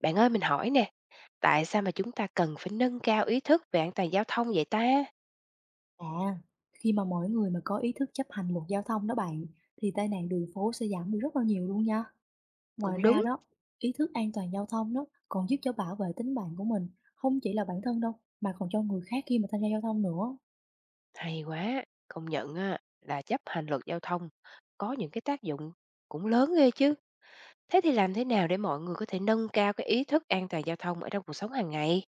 Bạn ơi mình hỏi nè, tại sao mà chúng ta cần phải nâng cao ý thức về an toàn giao thông vậy ta? À, khi mà mỗi người mà có ý thức chấp hành luật giao thông đó bạn, thì tai nạn đường phố sẽ giảm đi rất là nhiều luôn nha. Ngoài Cũng ra đúng, đó, ý thức an toàn giao thông đó còn giúp cho bảo vệ tính mạng của mình, không chỉ là bản thân đâu, mà còn cho người khác khi mà tham gia giao thông nữa. hay quá, công nhận á, là chấp hành luật giao thông có những cái tác dụng cũng lớn ghê chứ. Thế thì làm thế nào để mọi người có thể nâng cao cái ý thức an toàn giao thông ở trong cuộc sống hàng ngày?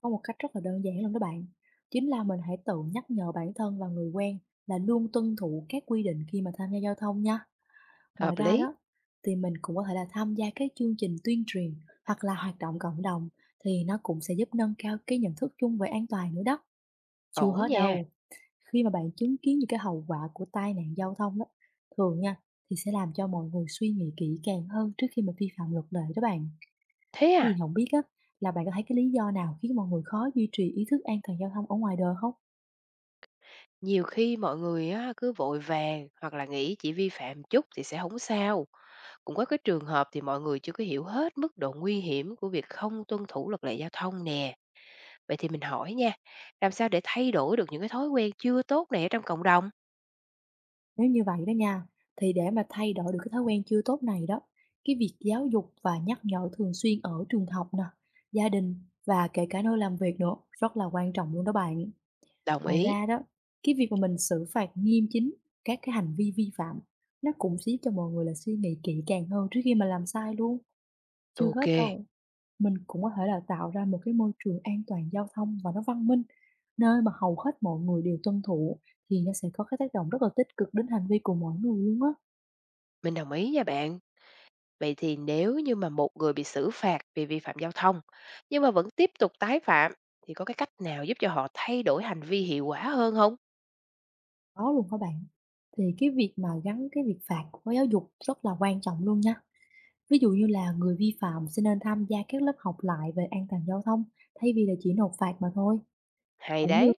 Có một cách rất là đơn giản luôn đó bạn. Chính là mình hãy tự nhắc nhở bản thân và người quen là luôn tuân thủ các quy định khi mà tham gia giao thông nha. Ngoài Hợp ra lý, đó, thì mình cũng có thể là tham gia các chương trình tuyên truyền hoặc là hoạt động cộng đồng, thì nó cũng sẽ giúp nâng cao cái nhận thức chung về an toàn nữa đó. Chưa ổn hết nha. đâu. Khi mà bạn chứng kiến những cái hậu quả của tai nạn giao thông đó, thường nha, thì sẽ làm cho mọi người suy nghĩ kỹ càng hơn trước khi mà vi phạm luật lệ đó bạn. Thế Thế à, Thì không biết á, là bạn có thấy cái lý do nào khiến mọi người khó duy trì ý thức an toàn giao thông ở ngoài đời không? nhiều khi mọi người á, cứ vội vàng hoặc là nghĩ chỉ vi phạm chút thì sẽ không sao. Cũng có cái trường hợp thì mọi người chưa có hiểu hết mức độ nguy hiểm của việc không tuân thủ luật lệ giao thông nè. Vậy thì mình hỏi nha, làm sao để thay đổi được những cái thói quen chưa tốt này ở trong cộng đồng? Nếu như vậy đó nha, thì để mà thay đổi được cái thói quen chưa tốt này đó, cái việc giáo dục và nhắc nhở thường xuyên ở trường học nè, gia đình và kể cả nơi làm việc nữa rất là quan trọng luôn đó bạn. Đồng Ngoài ý. ra đó, cái việc mà mình xử phạt nghiêm chính các cái hành vi vi phạm, nó cũng sẽ giúp cho mọi người là suy nghĩ kỹ càng hơn trước khi mà làm sai luôn. Chưa Ok, hết đâu. Mình cũng có thể là tạo ra một cái môi trường an toàn giao thông và nó văn minh, nơi mà hầu hết mọi người đều tuân thủ, thì nó sẽ có cái tác động rất là tích cực đến hành vi của mỗi người luôn á. mình đồng ý nha bạn. Vậy thì nếu như mà một người bị xử phạt vì vi phạm giao thông nhưng mà vẫn tiếp tục tái phạm thì có cái cách nào giúp cho họ thay đổi hành vi hiệu quả hơn không? Có luôn các bạn. Thì cái việc mà gắn cái việc phạt với giáo dục rất là quan trọng luôn nha. Ví dụ như là người vi phạm sẽ nên tham gia các lớp học lại về an toàn giao thông, thay vì là chỉ nộp phạt mà thôi. Hay Cũng như đấy,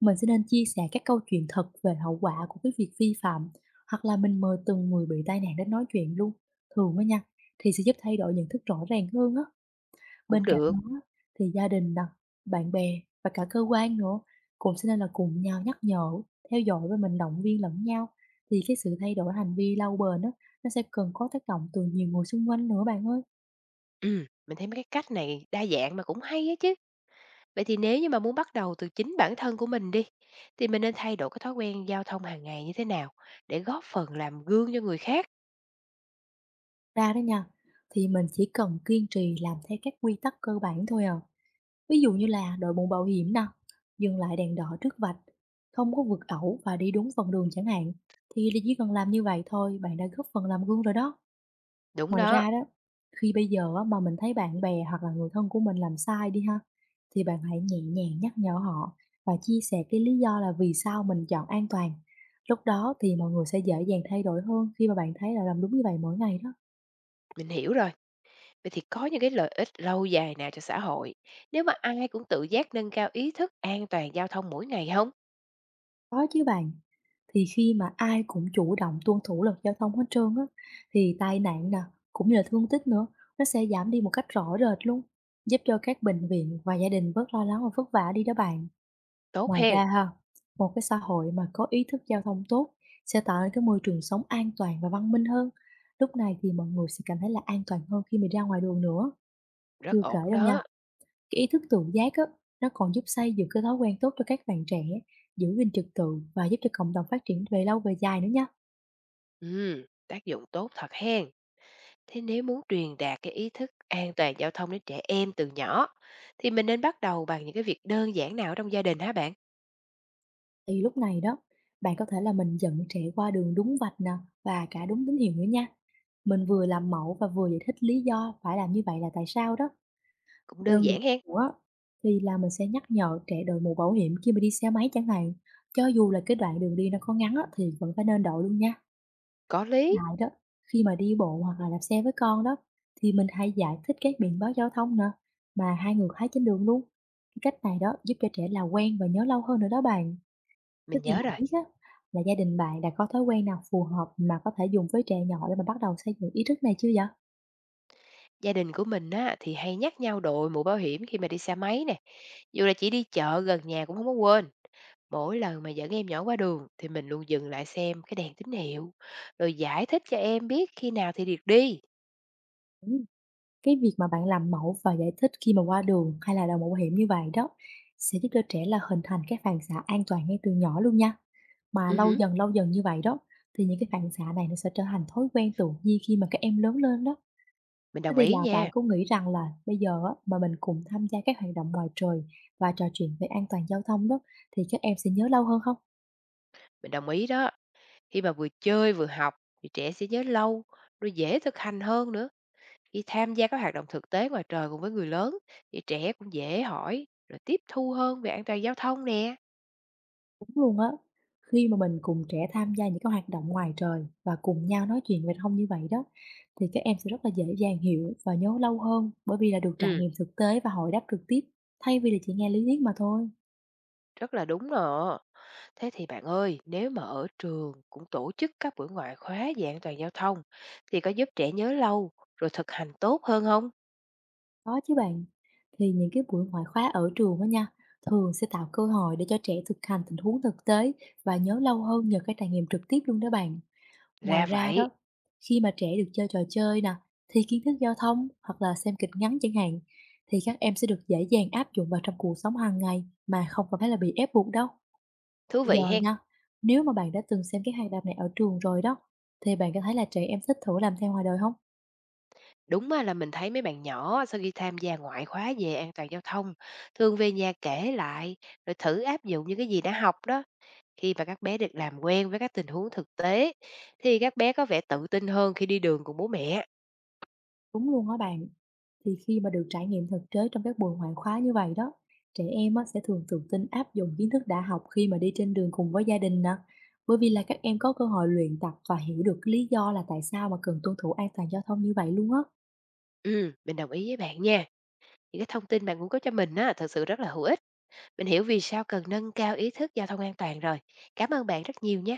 mình sẽ nên chia sẻ các câu chuyện thật về hậu quả của cái việc vi phạm, hoặc là mình mời từng người bị tai nạn đến nói chuyện luôn. Thường đó nha, thì sẽ giúp thay đổi nhận thức rõ ràng hơn á. Bên cũng cạnh được. đó á, thì gia đình nè, bạn bè và cả cơ quan nữa cũng sẽ nên là cùng nhau nhắc nhở, theo dõi và mình động viên lẫn nhau. Thì cái sự thay đổi hành vi lâu bền á, nó sẽ cần có tác động từ nhiều người xung quanh nữa bạn ơi. Ừ, mình thấy mấy cái cách này đa dạng mà cũng hay á chứ. Vậy thì nếu như mà muốn bắt đầu từ chính bản thân của mình đi thì mình nên thay đổi cái thói quen giao thông hàng ngày như thế nào để góp phần làm gương cho người khác? Ra đó nha, thì mình chỉ cần kiên trì làm theo các quy tắc cơ bản thôi à. Ví dụ như là đội mũ bảo hiểm nè, dừng lại đèn đỏ trước vạch, không có vượt ẩu và đi đúng phần đường chẳng hạn, thì chỉ cần làm như vậy thôi, bạn đã góp phần làm gương rồi đó. Đúng Ngoài đó. ra đó, khi bây giờ á, mà mình thấy bạn bè hoặc là người thân của mình làm sai đi ha, thì bạn hãy nhẹ nhàng nhắc nhở họ và chia sẻ cái lý do là vì sao mình chọn an toàn. Lúc đó thì mọi người sẽ dễ dàng thay đổi hơn khi mà bạn thấy là làm đúng như vậy mỗi ngày đó. Mình hiểu rồi. Vậy thì có những cái lợi ích lâu dài nào cho xã hội nếu mà ai cũng tự giác nâng cao ý thức an toàn giao thông mỗi ngày không? Có chứ bạn. Thì khi mà ai cũng chủ động tuân thủ luật giao thông hết trơn á, thì tai nạn nè, cũng như là thương tích nữa, nó sẽ giảm đi một cách rõ rệt luôn, giúp cho các bệnh viện và gia đình bớt lo lắng và vất vả đi đó bạn. Tốt Ngoài hen, ra ha, một cái xã hội mà có ý thức giao thông tốt sẽ tạo nên cái môi trường sống an toàn và văn minh hơn. Lúc này thì mọi người sẽ cảm thấy là an toàn hơn khi mình ra ngoài đường nữa. rất Chưa kể ổn đâu nha, đó. cái ý thức tự giác á, nó còn giúp xây dựng cái thói quen tốt cho các bạn trẻ, giữ gìn trật tự và giúp cho cộng đồng phát triển về lâu về dài nữa nha. Ừ, tác dụng tốt thật hen. Thế nếu muốn truyền đạt cái ý thức an toàn giao thông đến trẻ em từ nhỏ thì mình nên bắt đầu bằng những cái việc đơn giản nào ở trong gia đình hả bạn? Thì lúc này đó, bạn có thể là mình dẫn trẻ qua đường đúng vạch nè và cả đúng tín hiệu nữa nha. Mình vừa làm mẫu và vừa giải thích lý do phải làm như vậy là tại sao đó. Cũng đơn Đơn giản giản hen. nữa thì là mình sẽ nhắc nhở trẻ đội mũ bảo hiểm khi mà đi xe máy chẳng hạn. Cho dù là cái đoạn đường đi nó có ngắn á, thì vẫn phải nên đội luôn nha. Có lý, Lại đó, khi mà đi bộ hoặc là đạp xe với con đó, thì mình hãy giải thích các biện báo giao thông nè mà hai người thấy trên đường luôn. Cái cách này đó giúp cho trẻ là quen và nhớ lâu hơn nữa đó bạn. Thế mình thì nhớ không rồi. biết á, là gia đình bạn đã có thói quen nào phù hợp mà có thể dùng với trẻ nhỏ để mà bắt đầu xây dựng ý thức này chưa vậy? Gia đình của mình á, thì hay nhắc nhau đội mũ bảo hiểm khi mà đi xe máy nè. Dù là chỉ đi chợ gần nhà cũng không có quên. Mỗi lần mà dẫn em nhỏ qua đường thì mình luôn dừng lại xem cái đèn tín hiệu, rồi giải thích cho em biết khi nào thì được đi. Ừm. Cái việc mà bạn làm mẫu và giải thích khi mà qua đường hay là đội mũ bảo hiểm như vậy đó, sẽ giúp cho trẻ là hình thành cái phản xạ an toàn ngay từ nhỏ luôn nha. Mà Ừ hử, lâu dần như vậy đó, thì những cái phản xạ này nó sẽ trở thành thói quen tự nhiên khi mà các em lớn lên đó. mình Thế đồng thì ý là bạn nha, có nghĩ rằng là bây giờ á, mà mình cùng tham gia các hoạt động ngoài trời và trò chuyện về an toàn giao thông đó, thì các em sẽ nhớ lâu hơn không? mình đồng ý đó. Khi mà vừa chơi vừa học thì trẻ sẽ nhớ lâu, rồi dễ thực hành hơn nữa. Khi tham gia các hoạt động thực tế ngoài trời cùng với người lớn thì trẻ cũng dễ hỏi, rồi tiếp thu hơn về an toàn giao thông nè. Đúng luôn á. Khi mà mình cùng trẻ tham gia những cái hoạt động ngoài trời và cùng nhau nói chuyện về thông như vậy đó, thì các em sẽ rất là dễ dàng hiểu và nhớ lâu hơn, bởi vì là được trải Ừ, nghiệm thực tế và hồi đáp trực tiếp, thay vì là chỉ nghe lý thuyết mà thôi. rất là đúng đó. Thế thì bạn ơi, nếu mà ở trường cũng tổ chức các buổi ngoại khóa về an toàn giao thông thì có giúp trẻ nhớ lâu rồi thực hành tốt hơn không? Có chứ bạn. Thì những cái buổi ngoại khóa ở trường đó nha, thường sẽ tạo cơ hội để cho trẻ thực hành tình huống thực tế và nhớ lâu hơn nhờ cái trải nghiệm trực tiếp luôn đó bạn. Ngoài Ra ra vậy, đó, khi mà trẻ được chơi trò chơi nè, thì kiến thức giao thông hoặc là xem kịch ngắn chẳng hạn, thì các em sẽ được dễ dàng áp dụng vào trong cuộc sống hàng ngày mà không còn phải là bị ép buộc đâu. thú Bây vị giờ hen. nha, nếu mà bạn đã từng xem cái hoạt động này ở trường rồi đó, thì bạn có thấy là trẻ em thích thử làm theo ngoài đời không? Đúng á, là mình thấy mấy bạn nhỏ sau khi tham gia ngoại khóa về an toàn giao thông thường về nhà kể lại rồi thử áp dụng những cái gì đã học đó. Khi mà các bé được làm quen với các tình huống thực tế thì các bé có vẻ tự tin hơn khi đi đường cùng bố mẹ. Đúng luôn đó bạn. Thì khi mà được trải nghiệm thực tế trong các buổi ngoại khóa như vậy đó, trẻ em á, sẽ thường tự tin áp dụng kiến thức đã học khi mà đi trên đường cùng với gia đình nè. Bởi vì là các em có cơ hội luyện tập và hiểu được cái lý do là tại sao mà cần tuân thủ an toàn giao thông như vậy luôn á. Ừ, mình đồng ý với bạn nha. Những cái thông tin bạn cũng có cho mình á, thật sự rất là hữu ích. Mình hiểu vì sao cần nâng cao ý thức giao thông an toàn rồi. Cảm ơn bạn rất nhiều nhé.